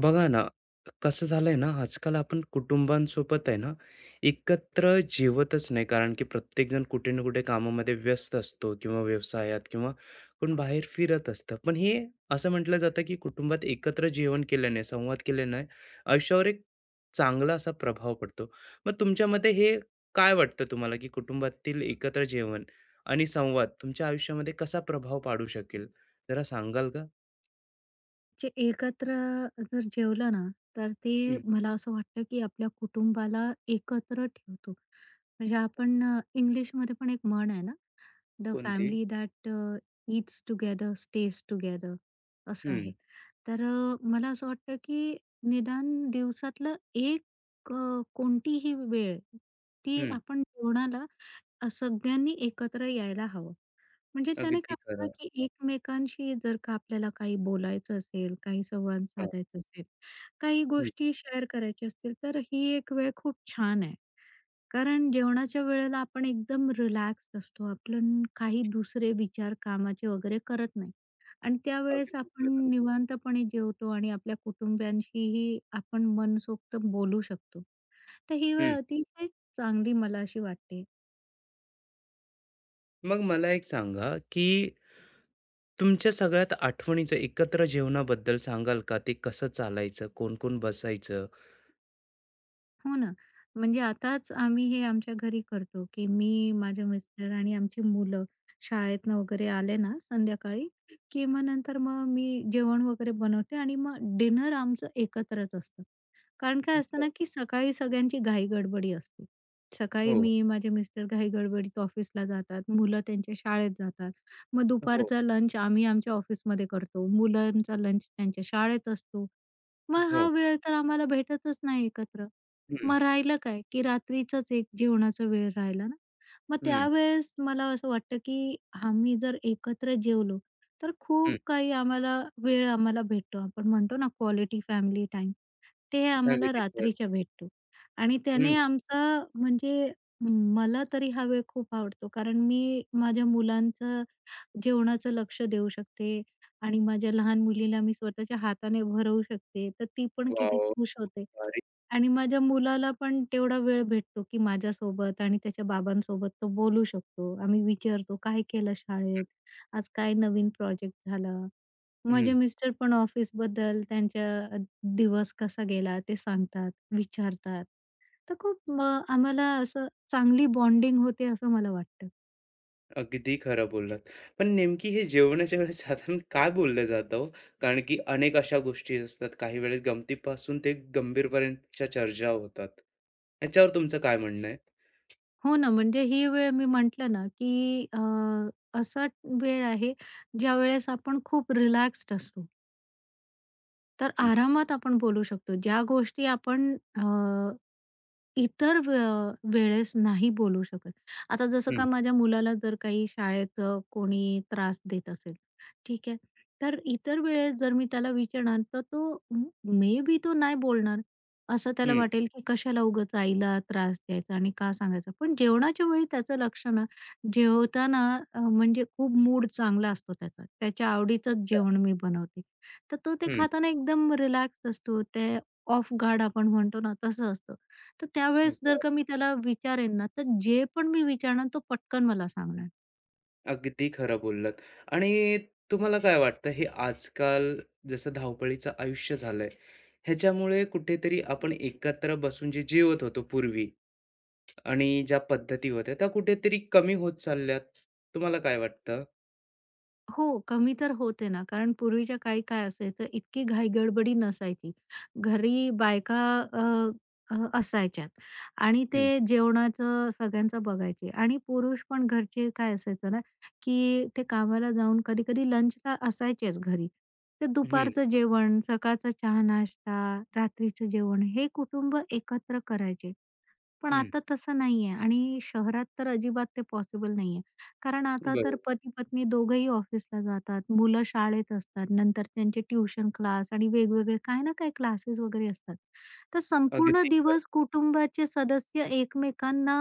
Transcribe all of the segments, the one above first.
बघा ना, कसं झालंय ना, आजकाल आपण कुटुंबांसोबत आहे ना, एकत्र जेवतच नाही. कारण की प्रत्येकजण कुठे ना कुठे कामामध्ये व्यस्त असतो किंवा व्यवसायात किंवा कोण बाहेर फिरत असतं. पण हे असं म्हटलं जातं, की कुटुंबात एकत्र जेवण केल्याने, संवाद केल्याने आयुष्यावर एक चांगला असा प्रभाव पडतो. मग तुमच्या मते हे काय वाटतं तुम्हाला, की कुटुंबातील एकत्र जेवण आणि संवाद तुमच्या आयुष्यामध्ये कसा प्रभाव पाडू शकेल? जरा सांगाल का? जे एकत्र जर जेवलं ना, तर हं. मला असं वाटतं, की आपल्या कुटुंबाला एकत्र ठेवतो. म्हणजे आपण इंग्लिशमध्ये पण एक म्हण आहे ना, "द कोणती? Family that eats together stays together" असं आहे. तर मला असं वाटतं, की निदान दिवसातलं एक अ, कोणतीही वेळ, ती हं, आपण जेवणाला सगळ्यांनी एकत्र यायला हवं. म्हणजे त्याने अगदी काय होतं ना, खरं. की एकमेकांशी जर का आपल्याला काही बोलायचं असेल, काही संवाद हां, साधायचा असेल, काही हं, गोष्टी शेअर करायच्या असतील, तर ही एक वेळ खूप छान आहे. कारण जेवणाच्या वेळेला आपण एकदम रिलॅक्स असतो. आपण काही दुसरे विचार कामाचे वगैरे करत नाही आणि त्यावेळेस अगदी आपण खरं. निवांतपणे जेवतो आणि आपल्या कुटुंबियांशीही आपण मनसोक्त बोलू शकतो. तर ही वेळ हं, अतिशय चांगली मला अशी वाटते. मग मला एक सांगा, की तुमच्या सगळ्यात आठवणीचं एकत्र जेवणाबद्दल सांगाल का? ते कसं चालायचं? कोण-कोण बसायचं? हो ना. म्हणजे आताच आम्ही हे आमच्या घरी करतो, की मी, माझे मिस्टर आणि आमची मुलं शाळेतनं वगैरे आले ना संध्याकाळी, की मग नंतर मी जेवण वगैरे बनवते आणि मग डिनर आमचं एकत्रच असतं. कारण काय असतं अच्छा. ना, की सकाळी सगळ्यांची घाई-गडबडी असते. सकाळी हो, मी, माझे मिस्टर घाई-गडबडीत ऑफिसला जातात, मुलं त्यांच्या शाळेत जातात. मग हो, दुपारचा लंच आम्ही आमच्या ऑफिसमध्ये करतो, मुलांचा लंच त्यांच्या शाळेत असतो. मग हा हो. वेळ तर आम्हाला भेटतच नाही एकत्र. हं, मग राहिलं काय, की रात्रीचाच एक जेवणाचा वेळ राहिला ना, मग हं, त्यावेळेस मला असं वाटतं, की आम्ही जर एकत्र जेवलो, तर हं. खूप काही वेळ आम्हाला भेटतो. आपण म्हणतो ना क्वालिटी फॅमिली टाईम, ते आम्हाला अगदी खरं. रात्रीच्या भेटतो आणि त्याने हं, आमचा म्हणजे मला तरी हा वेळ खूप आवडतो कारण मी माझ्या मुलांचा जेवणाचं लक्ष देऊ शकते आणि माझ्या लहान मुलीला मी स्वतःच्या हाताने भरवू शकते, तर ती पण किती वॉव! खुश होते. भारी. आणि माझ्या मुलाला पण तेवढा वेळ भेटतो, की माझ्यासोबत आणि त्याच्या बाबांसोबत तो बोलू शकतो. आम्ही विचारतो, "काय केलं शाळेत? आज काय नवीन प्रोजेक्ट झाला?" माझे हं. मिस्टर पण ऑफिसबद्दल त्यांच्या अ, दिवस कसा गेला ते सांगतात, विचारतात. तर खूप आम्हाला असं चांगली बॉन्डिंग होते असं मला वाटतं. अगदी खरं बोललात. पण नेमकी हे जेवणाच्या वेळेस साधारण काय बोललं जातं हो? कारण की अनेक अशा गोष्टी असतात. काही वेळेस गमतीपासून ते गंभीरपर्यंतच्या चर्चा होतात. याच्यावर तुमचं काय म्हणणं आहे? हो ना, म्हणजे ही वेळ मी म्हटलं ना, की असा वेळ आहे ज्यावेळेस आपण खूप रिलॅक्स्ड असतो. तर हं, आरामात आपण बोलू शकतो. ज्या गोष्टी आपण इतर वेळेस नाही बोलू शकत. आता जसं का हं, माझ्या मुलाला जर काही शाळेत कोणी त्रास देत असेल, ठीक आहे. तर इतर वेळेस जर मी त्याला विचारणार, तर तो मे बी तो नाही बोलणार. असं त्याला हं. वाटेल, की कशाला उगाच आईला त्रास द्यायचा आणि का सांगायचं. पण जेवणाच्या वेळी त्याचं लक्ष ना, जेवताना म्हणजे खूप मूड चांगला असतो त्याचा. त्याच्या आवडीचंच अच्छा. जेवण मी बनवते. तर तो ते हं. खाताना एकदम रिलॅक्स असतो. ते ऑफ गार्ड आपण म्हणतो ना, तसं असतं. तर त्यावेळेस जर बरं. का मी त्याला विचारेन ना, तर जे पण मी विचारणार तो पटकन मला सांगणार. अगदी खरं बोललात. आणि तुम्हाला काय वाटतं हे आजकाल जसं धावपळीचं आयुष्य झालंय, ह्याच्यामुळे कुठेतरी आपण एकत्र बसून जे जेवत होतो पूर्वी आणि ज्या पद्धती होत्या त्या कुठेतरी कमी होत चालल्यात. तुम्हाला काय वाटतं? हो, कमी तर होते ना, कारण पूर्वीच्या काळी काय असायचं, इतकी घाई-गडबडी नसायची. घरी बायका अ, असायच्यात आणि हं, ते जेवणाचं सगळ्यांचं बघायचे आणि पुरुष पण घरचे काय असायचं ना, की ते कामाला जाऊन कधी-कधी लंचला असायचेच घरी. ते हं, दुपारचं जेवण, सकाळचा चहा-नाश्ता, रात्रीचं जेवण हे कुटुंब एकत्र करायचे पण हं. आता तसं नाहीये आणि शहरात तर अजिबात ते पॉसिबल नाहीये. कारण आता तर बरोबर. पती-पत्नी दोघंही ऑफिसला जातात, मुलं शाळेत असतात, नंतर त्यांचे ट्युशन क्लास आणि वेगवेगळे काही ना काही क्लासेस वगैरे असतात. तर संपूर्ण अगदी खरं. दिवस कुटुंबाचे सदस्य एकमेकांना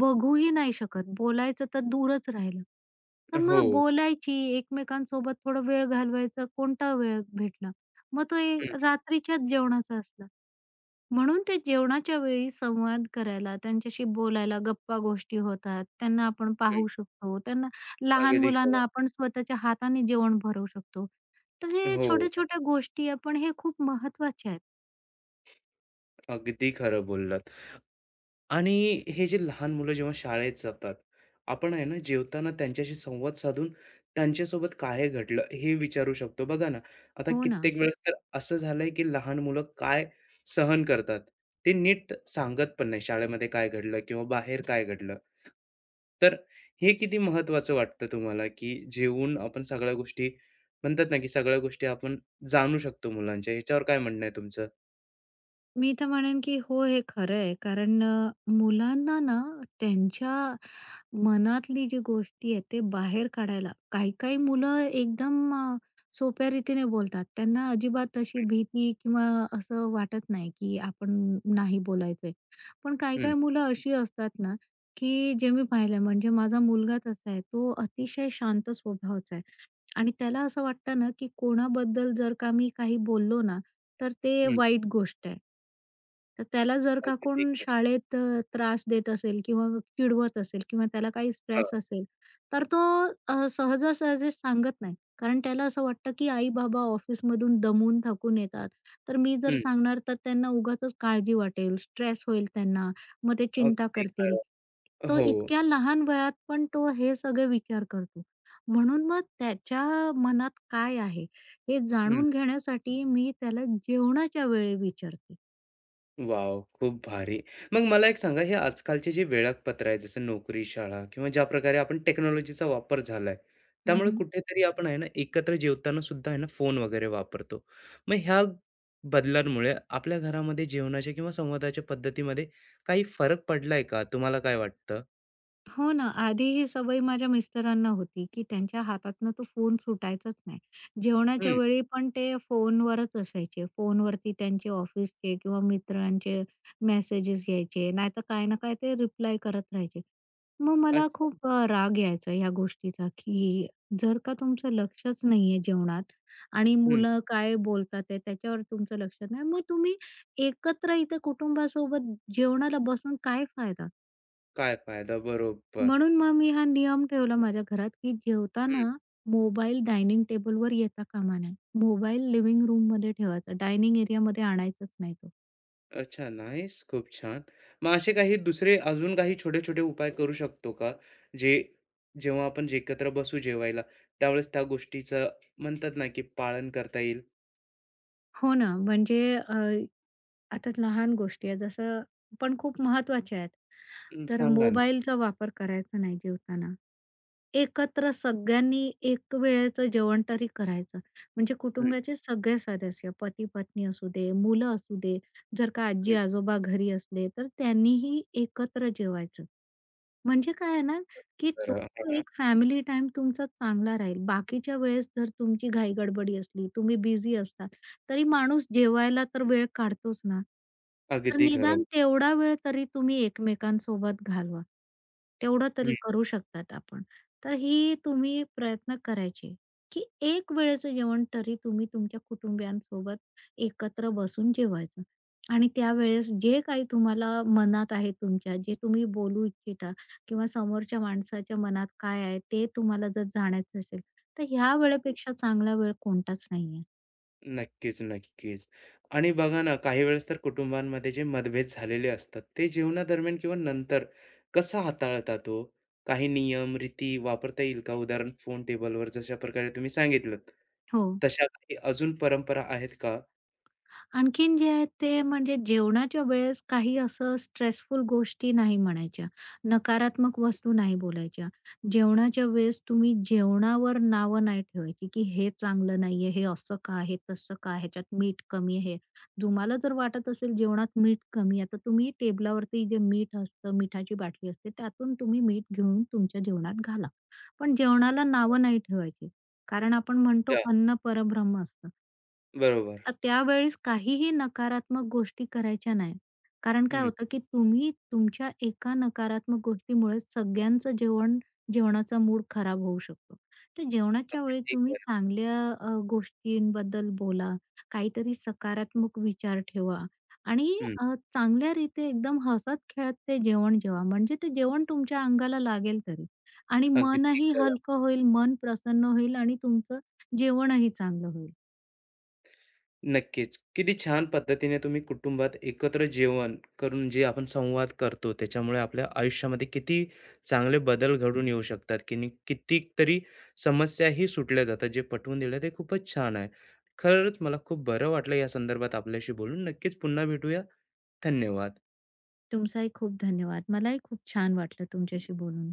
बघूही नाही शकत, बोलायचं तर दूरच राहिलं. तर हो. मग बोलायची, एकमेकांसोबत थोडा वेळ घालवायचा कोणता वेळ भेटला. मग तो हं, रात्रीच्याच जेवणाचा असला. म्हणून ते जेवणाच्या वेळी संवाद करायला, त्यांच्याशी बोलायला, गप्पा-गोष्टी होतात. त्यांना आपण हं. पाहू शकतो. त्यांना लहान अगदी खरं. मुलांना आपण स्वतःच्या हाताने जेवण भरवू शकतो. तर हे हो. छोट्या-छोट्या गोष्टी आपण हे खूप महत्वाच्या आहेत. अगदी खरं बोललात. आणि हे जे लहान मुलं जेव्हा शाळेत जातात, आपण आहे ना जेवताना त्यांच्याशी संवाद साधून त्यांच्यासोबत काय घडलं हे विचारू शकतो. बघा ना, आता हो ना. कित्येक वेळेस तर असं झालंय की लहान मुलं काय सहन करतात, ते नीट सांगत पण नाही शाळेमध्ये काय घडलं किंवा बाहेर काय घडलं. तर हे किती महत्त्वाचं वाटतं तुम्हाला, की जेवून आपण सगळ्या गोष्टी म्हणतात ना, की सगळ्या गोष्टी आपण जाणू शकतो मुलांच्या. ह्याच्यावर काय म्हणणं आहे तुमचं? मी तर म्हणेन, की हो, हे खरं आहे. कारण मुलांना ना त्यांच्या मनातली जी गोष्टी आहेत ते बाहेर काढायला काही काही मुलं एकदम सोप्या रीतीने बोलतात. त्यांना अजिबात अशी भीती किंवा असं वाटत नाही, की आपण नाही बोलायचंय. पण काही काही हं, मुलं अशी असतात ना, की जे मी पाहिलंय म्हणजे माझा मुलगा तसा आहे. तो अतिशय शांत स्वभावाचा आहे आणि त्याला असं वाटतं ना, की कोणाबद्दल जर का मी काही बोललो ना, तर ते हं. वाईट गोष्ट आहे. तर त्याला जर का अगदी कोण खरं. शाळेत त्रास देत असेल किंवा चिडवत असेल किंवा त्याला काही हां. स्ट्रेस असेल, तर तो सहजासहजी सांगत नाही. कारण त्याला असं वाटतं, की आई-बाबा ऑफिसमधून दमून थकून येतात. तर मी जर हं. सांगणार तर त्यांना उगाचच काळजी वाटेल, स्ट्रेस होईल त्यांना, मग ते चिंता अगदी करतील. खरं. तो हो. इतक्या लहान वयात पण तो हे सगळे विचार करतो. म्हणून मग त्याच्या मनात काय आहे हे हं. जाणून घेण्यासाठी मी त्याला जेवणाच्या वेळी विचारते. वॉव! खूप भारी. मग मला एक सांगा, हे आजकालचे जे वेळापत्र आहे, जसं नोकरी, शाळा किंवा ज्या प्रकारे आपण टेक्नॉलॉजीचा वापर झालाय, त्यामुळे हं, कुठेतरी आपण आहे ना, एकत्र जेवताना सुद्धा आहे ना, फोन वगैरे वापरतो. मग ह्या बदलांमुळे आपल्या घरामध्ये जेवणाच्या किंवा संवादाच्या पद्धतीमध्ये काही फरक पडलाय का? तुम्हाला काय वाटतं? हो ना, आधी ही सवय माझ्या मिस्टरांना होती, की त्यांच्या हातातनं तो फोन सुटायचाच नाही. जेवणाच्या हं. वेळी पण ते फोनवरच असायचे. फोनवरती त्यांचे ऑफिसचे किंवा मित्रांचे मेसेजेस यायचे. नाहीतर काय ना काय ते रिप्लाय करत राहायचे. मग मला अच्छा. खूप राग यायचा ह्या गोष्टीचा, की जर का तुमचं लक्षच नाहीये जेवणात आणि हं. मुलं काय बोलतात ते त्याच्यावर तुमचं लक्ष नाही, मग तुम्ही एकत्र इथे कुटुंबासोबत जेवणाला बसून काय फायदा? काय फायदा? बरोबर. म्हणून मग मी हा नियम ठेवला माझ्या घरात, की जेवताना मोबाईल डायनिंग टेबलवर येता कामा नये. मोबाईल लिव्हिंग रूममध्ये ठेवायचा. डायनिंग एरियामध्ये आणायचाच नाही तो. अच्छा, नाईस. खूप छान. मग असे काही दुसरे अजून काही छोटे-छोटे उपाय करू शकतो का? जे जेव्हा आपण जे एकत्र बसू जेवायला, त्यावेळेस त्या गोष्टीचं म्हणतात ना, की पालन करता येईल? हो ना. म्हणजे अ, आता लहान गोष्टी आहेत जसं पण खूप महत्त्वाच्या आहेत. अं, तर सांगा ना. मोबाईलचा वापर करायचा नाही जेवताना. एकत्र सगळ्यांनी एक वेळेचं जेवण तरी करायचं. म्हणजे हं, कुटुंबाचे सगळे सदस्य पती-पत्नी असू दे, मुलं असू दे, जर का हं. आजी-आजोबा घरी असले तर त्यांनीही एकत्र जेवायचं. म्हणजे काय आहे ना, की तो खरं. हां. एक फॅमिली टाईम तुमचा चांगला राहील. बाकीच्या वेळेस जर तुमची घाई-गडबडी असली, तुम्ही बिझी असता, तरी माणूस जेवायला तर वेळ काढतोच ना. तर अगदी खरं. निदान तेवढा वेळ तरी तुम्ही एकमेकांसोबत घालवा. तेवढं तरी करू शकतात आपण. तर ही तुम्ही प्रयत्न करायचे, की एक वेळेचं जेवण तरी तुम्ही तुमच्या कुटुंबियांसोबत एकत्र बसून जेवायचं आणि त्यावेळेस जे काही तुम्हाला मनात आहे तुमच्या, जे तुम्ही बोलू इच्छिता किंवा समोरच्या माणसाच्या मनात काय आहे ते तुम्हाला जर जाणायचं असेल, तर ह्या वेळेपेक्षा चांगला वेळ कोणताच नाहीये. नक्कीच, नक्कीच. आणि बघा ना, काही वेळेस तर कुटुंबांमध्ये जे मतभेद झालेले असतात, ते जेवणादरम्यान किंवा नंतर कसं हाताळतात तो, काही नियम, रीती वापरता येईल का? उदाहरण फोन टेबलवर जशा प्रकारे तुम्ही सांगितलंत, हो. तशा काही अजून परंपरा आहेत का? आणखीन जे आहे ते म्हणजे जेवणाच्या वेळेस काही असं स्ट्रेसफुल गोष्टी नाही म्हणायच्या, नकारात्मक वस्तू नाही बोलायच्या. जेवणाच्या वेळेस तुम्ही जेवणावर नावं नाही ठेवायची, की हे चांगलं नाहीये, हे असं का आहे, तसं का, ह्याच्यात मीठ कमी आहे. तुम्हाला जर वाटत असेल जेवणात मीठ कमी आहे, तर तुम्ही टेबलावरती जे मीठ असतं, मिठाची बाटली असते त्यातून तुम्ही मीठ घेऊन तुमच्या जेवणात घाला. पण जेवणाला नावं नाही ठेवायची. कारण आपण त्या म्हणतो अन्न परब्रह्म असतं. बरोबर. तर त्यावेळेस काहीही नकारात्मक गोष्टी करायच्या नाही. कारण काय हं. होतं, की तुम्ही तुमच्या एका नकारात्मक गोष्टीमुळे सगळ्यांचं जेवणाचा मूड खराब होऊ शकतो. तर जेवणाच्या वेळी अगदी तुम्ही खरं. चांगल्या गोष्टींबद्दल बोला, काहीतरी सकारात्मक विचार ठेवा आणि हं. अ, चांगल्या रीते एकदम हसत-खेळत ते जेवण जेवा. म्हणजे ते जेवण तुमच्या अंगाला लागेल तरी. आणि अगदी मनही हलकं होईल, मन प्रसन्न होईल आणि तुमचं जेवणही चांगलं होईल. नक्कीच. किती छान पद्धतीने तुम्ही कुटुंबात एकत्र जेवण करून जे आपण संवाद करतो, त्याच्यामुळे आपल्या आयुष्यामध्ये किती चांगले बदल घडून येऊ शकतात, की कितीतरी समस्याही सुटल्या जातात. जे पटवून दिलं ते खूपच छान आहे. खरंच मला खूप बरं वाटलं या संदर्भात आपल्याशी बोलून. नक्कीच पुन्हा भेटूया. धन्यवाद. तुमचाही खूप धन्यवाद. मलाही खूप छान वाटलं तुमच्याशी बोलून.